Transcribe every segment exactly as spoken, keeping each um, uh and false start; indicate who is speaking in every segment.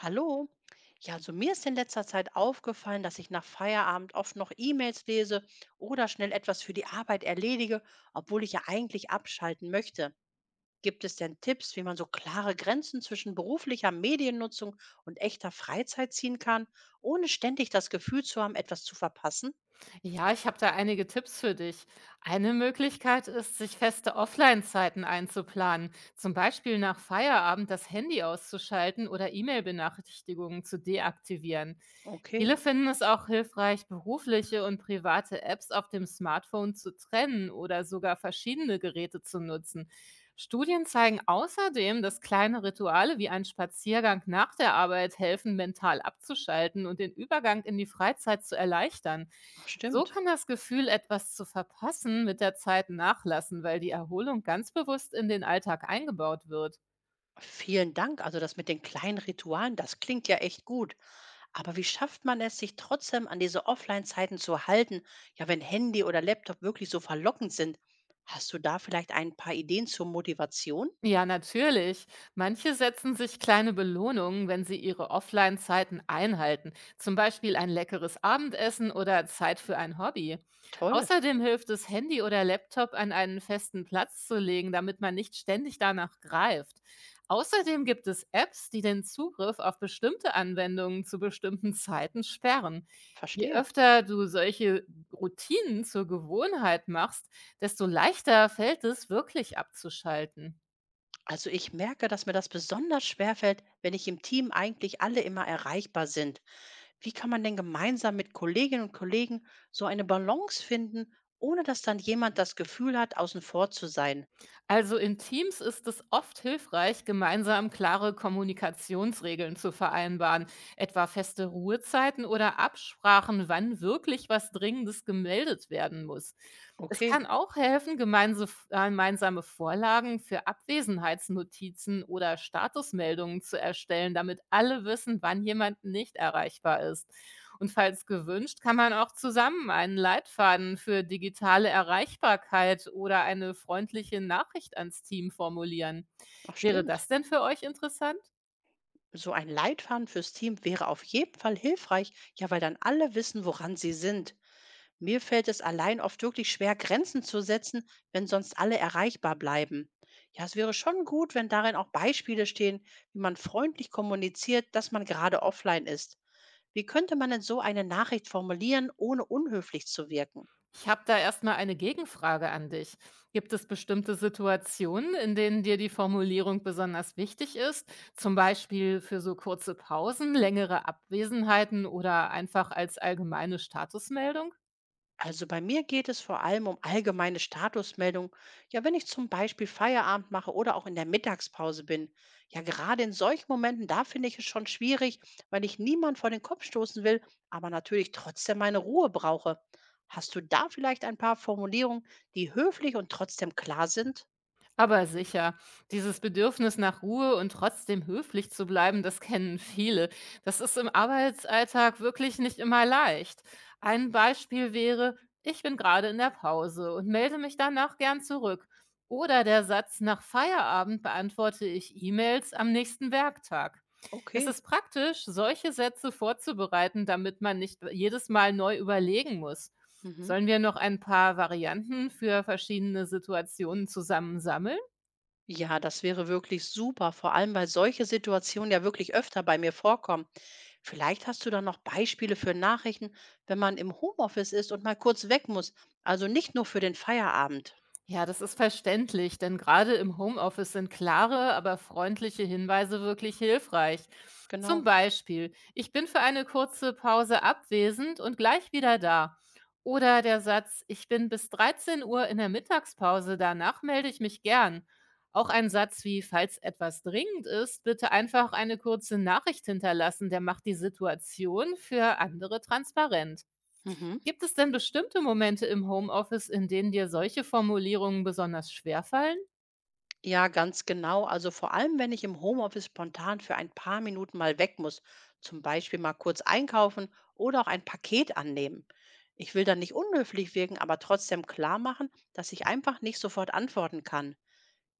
Speaker 1: Hallo. Ja, also mir ist in letzter Zeit aufgefallen, dass ich nach Feierabend oft noch E-Mails lese oder schnell etwas für die Arbeit erledige, obwohl ich ja eigentlich abschalten möchte. Gibt es denn Tipps, wie man so klare Grenzen zwischen beruflicher Mediennutzung und echter Freizeit ziehen kann, ohne ständig das Gefühl zu haben, etwas zu verpassen?
Speaker 2: Ja, ich habe da einige Tipps für dich. Eine Möglichkeit ist, sich feste Offline-Zeiten einzuplanen, zum Beispiel nach Feierabend das Handy auszuschalten oder E-Mail-Benachrichtigungen zu deaktivieren.
Speaker 1: Okay.
Speaker 2: Viele finden es auch hilfreich, berufliche und private Apps auf dem Smartphone zu trennen oder sogar verschiedene Geräte zu nutzen. Studien zeigen außerdem, dass kleine Rituale wie ein Spaziergang nach der Arbeit helfen, mental abzuschalten und den Übergang in die Freizeit zu erleichtern.
Speaker 1: Ach,
Speaker 2: So
Speaker 1: stimmt.
Speaker 2: kann das Gefühl, etwas zu verpassen, mit der Zeit nachlassen, weil die Erholung ganz bewusst in den Alltag eingebaut wird.
Speaker 1: Vielen Dank. Also das mit den kleinen Ritualen, das klingt ja echt gut. Aber wie schafft man es, sich trotzdem an diese Offline-Zeiten zu halten, ja, wenn Handy oder Laptop wirklich so verlockend sind? Hast du da vielleicht ein paar Ideen zur Motivation?
Speaker 2: Ja, natürlich. Manche setzen sich kleine Belohnungen, wenn sie ihre Offline-Zeiten einhalten, zum Beispiel ein leckeres Abendessen oder Zeit für ein Hobby.
Speaker 1: Toll,
Speaker 2: Außerdem hilft es, Handy oder Laptop an einen festen Platz zu legen, damit man nicht ständig danach greift. Außerdem gibt es Apps, die den Zugriff auf bestimmte Anwendungen zu bestimmten Zeiten sperren. Je
Speaker 1: verstehe.
Speaker 2: öfter du solche Routinen zur Gewohnheit machst, desto leichter fällt es, wirklich abzuschalten.
Speaker 1: Also ich merke, dass mir das besonders schwerfällt, wenn ich im Team eigentlich alle immer erreichbar sind. Wie kann man denn gemeinsam mit Kolleginnen und Kollegen so eine Balance finden, ohne dass dann jemand das Gefühl hat, außen vor zu sein?
Speaker 2: Also in Teams ist es oft hilfreich, gemeinsam klare Kommunikationsregeln zu vereinbaren, etwa feste Ruhezeiten oder Absprachen, wann wirklich was Dringendes gemeldet werden muss. Es
Speaker 1: Okay,
Speaker 2: kann auch helfen, gemeinse- äh, gemeinsame Vorlagen für Abwesenheitsnotizen oder Statusmeldungen zu erstellen, damit alle wissen, wann jemand nicht erreichbar ist. Und falls gewünscht, kann man auch zusammen einen Leitfaden für digitale Erreichbarkeit oder eine freundliche Nachricht ans Team formulieren.
Speaker 1: ach
Speaker 2: Wäre
Speaker 1: stimmt.
Speaker 2: das denn für euch interessant?
Speaker 1: So ein Leitfaden fürs Team wäre auf jeden Fall hilfreich, ja, weil dann alle wissen, woran sie sind. Mir fällt es allein oft wirklich schwer, Grenzen zu setzen, wenn sonst alle erreichbar bleiben. Ja, es wäre schon gut, wenn darin auch Beispiele stehen, wie man freundlich kommuniziert, dass man gerade offline ist. Wie könnte man denn so eine Nachricht formulieren, ohne unhöflich zu wirken?
Speaker 2: Ich habe da erstmal eine Gegenfrage an dich. Gibt es bestimmte Situationen, in denen dir die Formulierung besonders wichtig ist, zum Beispiel für so kurze Pausen, längere Abwesenheiten oder einfach als allgemeine Statusmeldung?
Speaker 1: Also bei mir geht es vor allem um allgemeine Statusmeldungen. Ja, wenn ich zum Beispiel Feierabend mache oder auch in der Mittagspause bin. Ja, gerade in solchen Momenten, da finde ich es schon schwierig, weil ich niemand vor den Kopf stoßen will, aber natürlich trotzdem meine Ruhe brauche. Hast du da vielleicht ein paar Formulierungen, die höflich und trotzdem klar sind?
Speaker 2: Aber sicher. Dieses Bedürfnis nach Ruhe und trotzdem höflich zu bleiben, das kennen viele. Das ist im Arbeitsalltag wirklich nicht immer leicht. Ein Beispiel wäre, ich bin gerade in der Pause und melde mich danach gern zurück. Oder der Satz, nach Feierabend beantworte ich E-Mails am nächsten Werktag. Es
Speaker 1: Okay.
Speaker 2: ist praktisch, solche Sätze vorzubereiten, damit man nicht jedes Mal neu überlegen muss.
Speaker 1: Mhm.
Speaker 2: Sollen wir noch ein paar Varianten für verschiedene Situationen zusammensammeln?
Speaker 1: Ja, das wäre wirklich super, vor allem weil solche Situationen ja wirklich öfter bei mir vorkommen. Vielleicht hast du da noch Beispiele für Nachrichten, wenn man im Homeoffice ist und mal kurz weg muss. Also nicht nur für den Feierabend.
Speaker 2: Ja, das ist verständlich, denn gerade im Homeoffice sind klare, aber freundliche Hinweise wirklich hilfreich. Zum
Speaker 1: Genau.
Speaker 2: Beispiel, ich bin für eine kurze Pause abwesend und gleich wieder da. Oder der Satz, ich bin bis dreizehn Uhr in der Mittagspause, danach melde ich mich gern. Auch ein Satz wie, falls etwas dringend ist, bitte einfach eine kurze Nachricht hinterlassen, der macht die Situation für andere transparent.
Speaker 1: Mhm.
Speaker 2: Gibt es denn bestimmte Momente im Homeoffice, in denen dir solche Formulierungen besonders schwerfallen?
Speaker 1: Ja, ganz genau. Also vor allem, wenn ich im Homeoffice spontan für ein paar Minuten mal weg muss, zum Beispiel mal kurz einkaufen oder auch ein Paket annehmen. Ich will dann nicht unhöflich wirken, aber trotzdem klar machen, dass ich einfach nicht sofort antworten kann.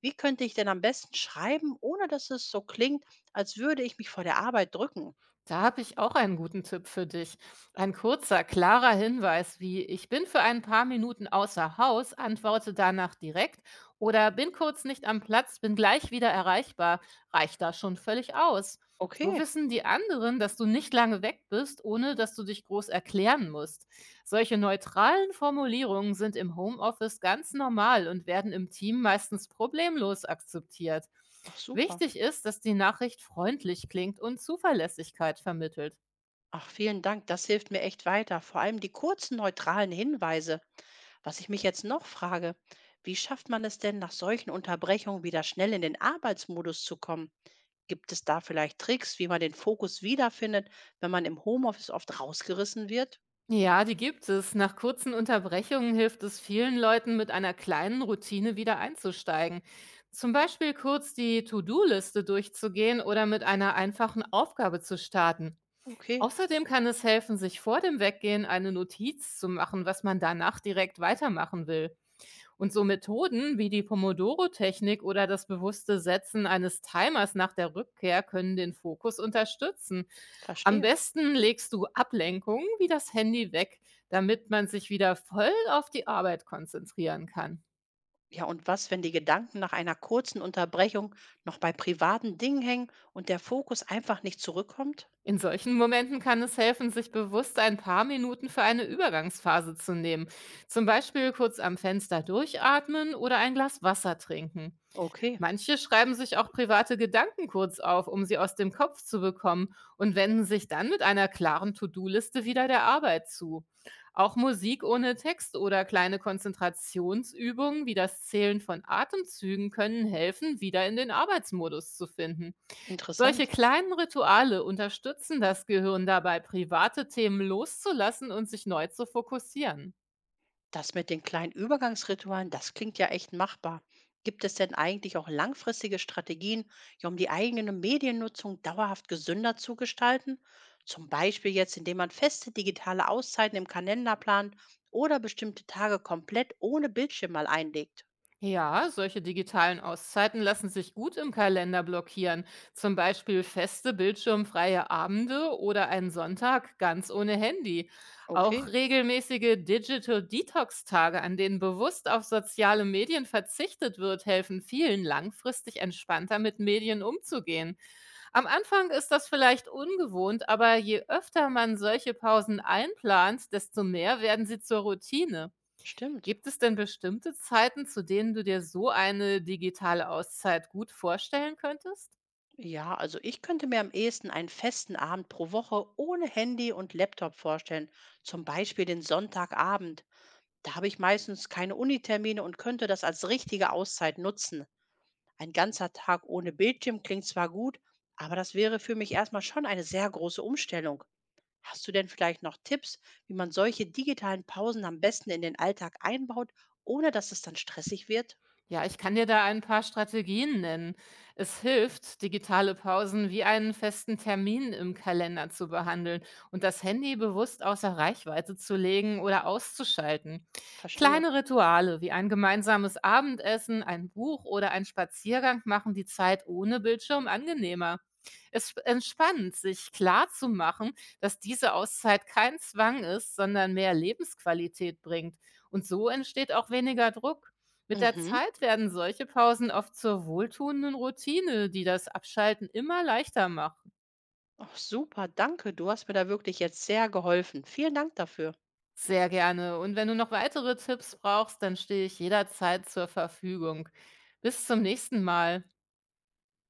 Speaker 1: Wie könnte ich denn am besten schreiben, ohne dass es so klingt, als würde ich mich vor der Arbeit drücken?
Speaker 2: Da habe ich auch einen guten Tipp für dich. Ein kurzer, klarer Hinweis wie ich bin für ein paar Minuten außer Haus, antworte danach direkt oder bin kurz nicht am Platz, bin gleich wieder erreichbar, reicht da schon völlig aus. So
Speaker 1: Okay,
Speaker 2: wissen die anderen, dass du nicht lange weg bist, ohne dass du dich groß erklären musst. Solche neutralen Formulierungen sind im Homeoffice ganz normal und werden im Team meistens problemlos akzeptiert.
Speaker 1: ach super.
Speaker 2: Wichtig ist, dass die Nachricht freundlich klingt und Zuverlässigkeit vermittelt.
Speaker 1: Ach, vielen Dank, das hilft mir echt weiter. Vor allem die kurzen, neutralen Hinweise. Was ich mich jetzt noch frage, wie schafft man es denn, nach solchen Unterbrechungen wieder schnell in den Arbeitsmodus zu kommen? Gibt es da vielleicht Tricks, wie man den Fokus wiederfindet, wenn man im Homeoffice oft rausgerissen wird?
Speaker 2: Ja, die gibt es. Nach kurzen Unterbrechungen hilft es vielen Leuten, mit einer kleinen Routine wieder einzusteigen. Zum Beispiel kurz die To-Do-Liste durchzugehen oder mit einer einfachen Aufgabe zu starten.
Speaker 1: Okay,
Speaker 2: Außerdem kann es helfen, sich vor dem Weggehen eine Notiz zu machen, was man danach direkt weitermachen will. Und so Methoden wie die Pomodoro-Technik oder das bewusste Setzen eines Timers nach der Rückkehr können den Fokus unterstützen. Am
Speaker 1: verstehe.
Speaker 2: besten legst du Ablenkungen wie das Handy weg, damit man sich wieder voll auf die Arbeit konzentrieren kann.
Speaker 1: Ja, und was, wenn die Gedanken nach einer kurzen Unterbrechung noch bei privaten Dingen hängen und der Fokus einfach nicht zurückkommt?
Speaker 2: In solchen Momenten kann es helfen, sich bewusst ein paar Minuten für eine Übergangsphase zu nehmen. Zum Beispiel kurz am Fenster durchatmen oder ein Glas Wasser trinken.
Speaker 1: Okay,
Speaker 2: Manche schreiben sich auch private Gedanken kurz auf, um sie aus dem Kopf zu bekommen und wenden sich dann mit einer klaren To-Do-Liste wieder der Arbeit zu. Auch Musik ohne Text oder kleine Konzentrationsübungen wie das Zählen von Atemzügen können helfen, wieder in den Arbeitsmodus zu finden.
Speaker 1: interessant.
Speaker 2: Solche kleinen Rituale unterstützen das Gehirn dabei, private Themen loszulassen und sich neu zu fokussieren.
Speaker 1: Das mit den kleinen Übergangsritualen, das klingt ja echt machbar. Gibt es denn eigentlich auch langfristige Strategien, ja, um die eigene Mediennutzung dauerhaft gesünder zu gestalten? Zum Beispiel jetzt, indem man feste digitale Auszeiten im Kalender plant oder bestimmte Tage komplett ohne Bildschirm mal einlegt.
Speaker 2: Ja, solche digitalen Auszeiten lassen sich gut im Kalender blockieren, zum Beispiel feste bildschirmfreie Abende oder einen Sonntag ganz ohne Handy. Auch
Speaker 1: Okay,
Speaker 2: regelmäßige Digital Detox-Tage, an denen bewusst auf soziale Medien verzichtet wird, helfen vielen langfristig entspannter mit Medien umzugehen. Am Anfang ist das vielleicht ungewohnt, aber je öfter man solche Pausen einplant, desto mehr werden sie zur Routine.
Speaker 1: stimmt.
Speaker 2: Gibt es denn bestimmte Zeiten, zu denen du dir so eine digitale Auszeit gut vorstellen könntest?
Speaker 1: Ja, also ich könnte mir am ehesten einen festen Abend pro Woche ohne Handy und Laptop vorstellen, zum Beispiel den Sonntagabend. Da habe ich meistens keine Unitermine und könnte das als richtige Auszeit nutzen. Ein ganzer Tag ohne Bildschirm klingt zwar gut, aber das wäre für mich erstmal schon eine sehr große Umstellung. Hast du denn vielleicht noch Tipps, wie man solche digitalen Pausen am besten in den Alltag einbaut, ohne dass es dann stressig wird?
Speaker 2: Ja, ich kann dir da ein paar Strategien nennen. Es hilft, digitale Pausen wie einen festen Termin im Kalender zu behandeln und das Handy bewusst außer Reichweite zu legen oder auszuschalten.
Speaker 1: Verstehe.
Speaker 2: Kleine Rituale wie ein gemeinsames Abendessen, ein Buch oder ein Spaziergang machen die Zeit ohne Bildschirm angenehmer. Es entspannt, sich klar zu machen, dass diese Auszeit kein Zwang ist, sondern mehr Lebensqualität bringt. Und so entsteht auch weniger Druck. Mit der
Speaker 1: Mhm.
Speaker 2: Zeit werden solche Pausen oft zur wohltuenden Routine, die das Abschalten immer leichter machen.
Speaker 1: Ach super, danke. Du hast mir da wirklich jetzt sehr geholfen. Vielen Dank dafür.
Speaker 2: Sehr gerne. Und wenn du noch weitere Tipps brauchst, dann stehe ich jederzeit zur Verfügung. Bis zum nächsten Mal.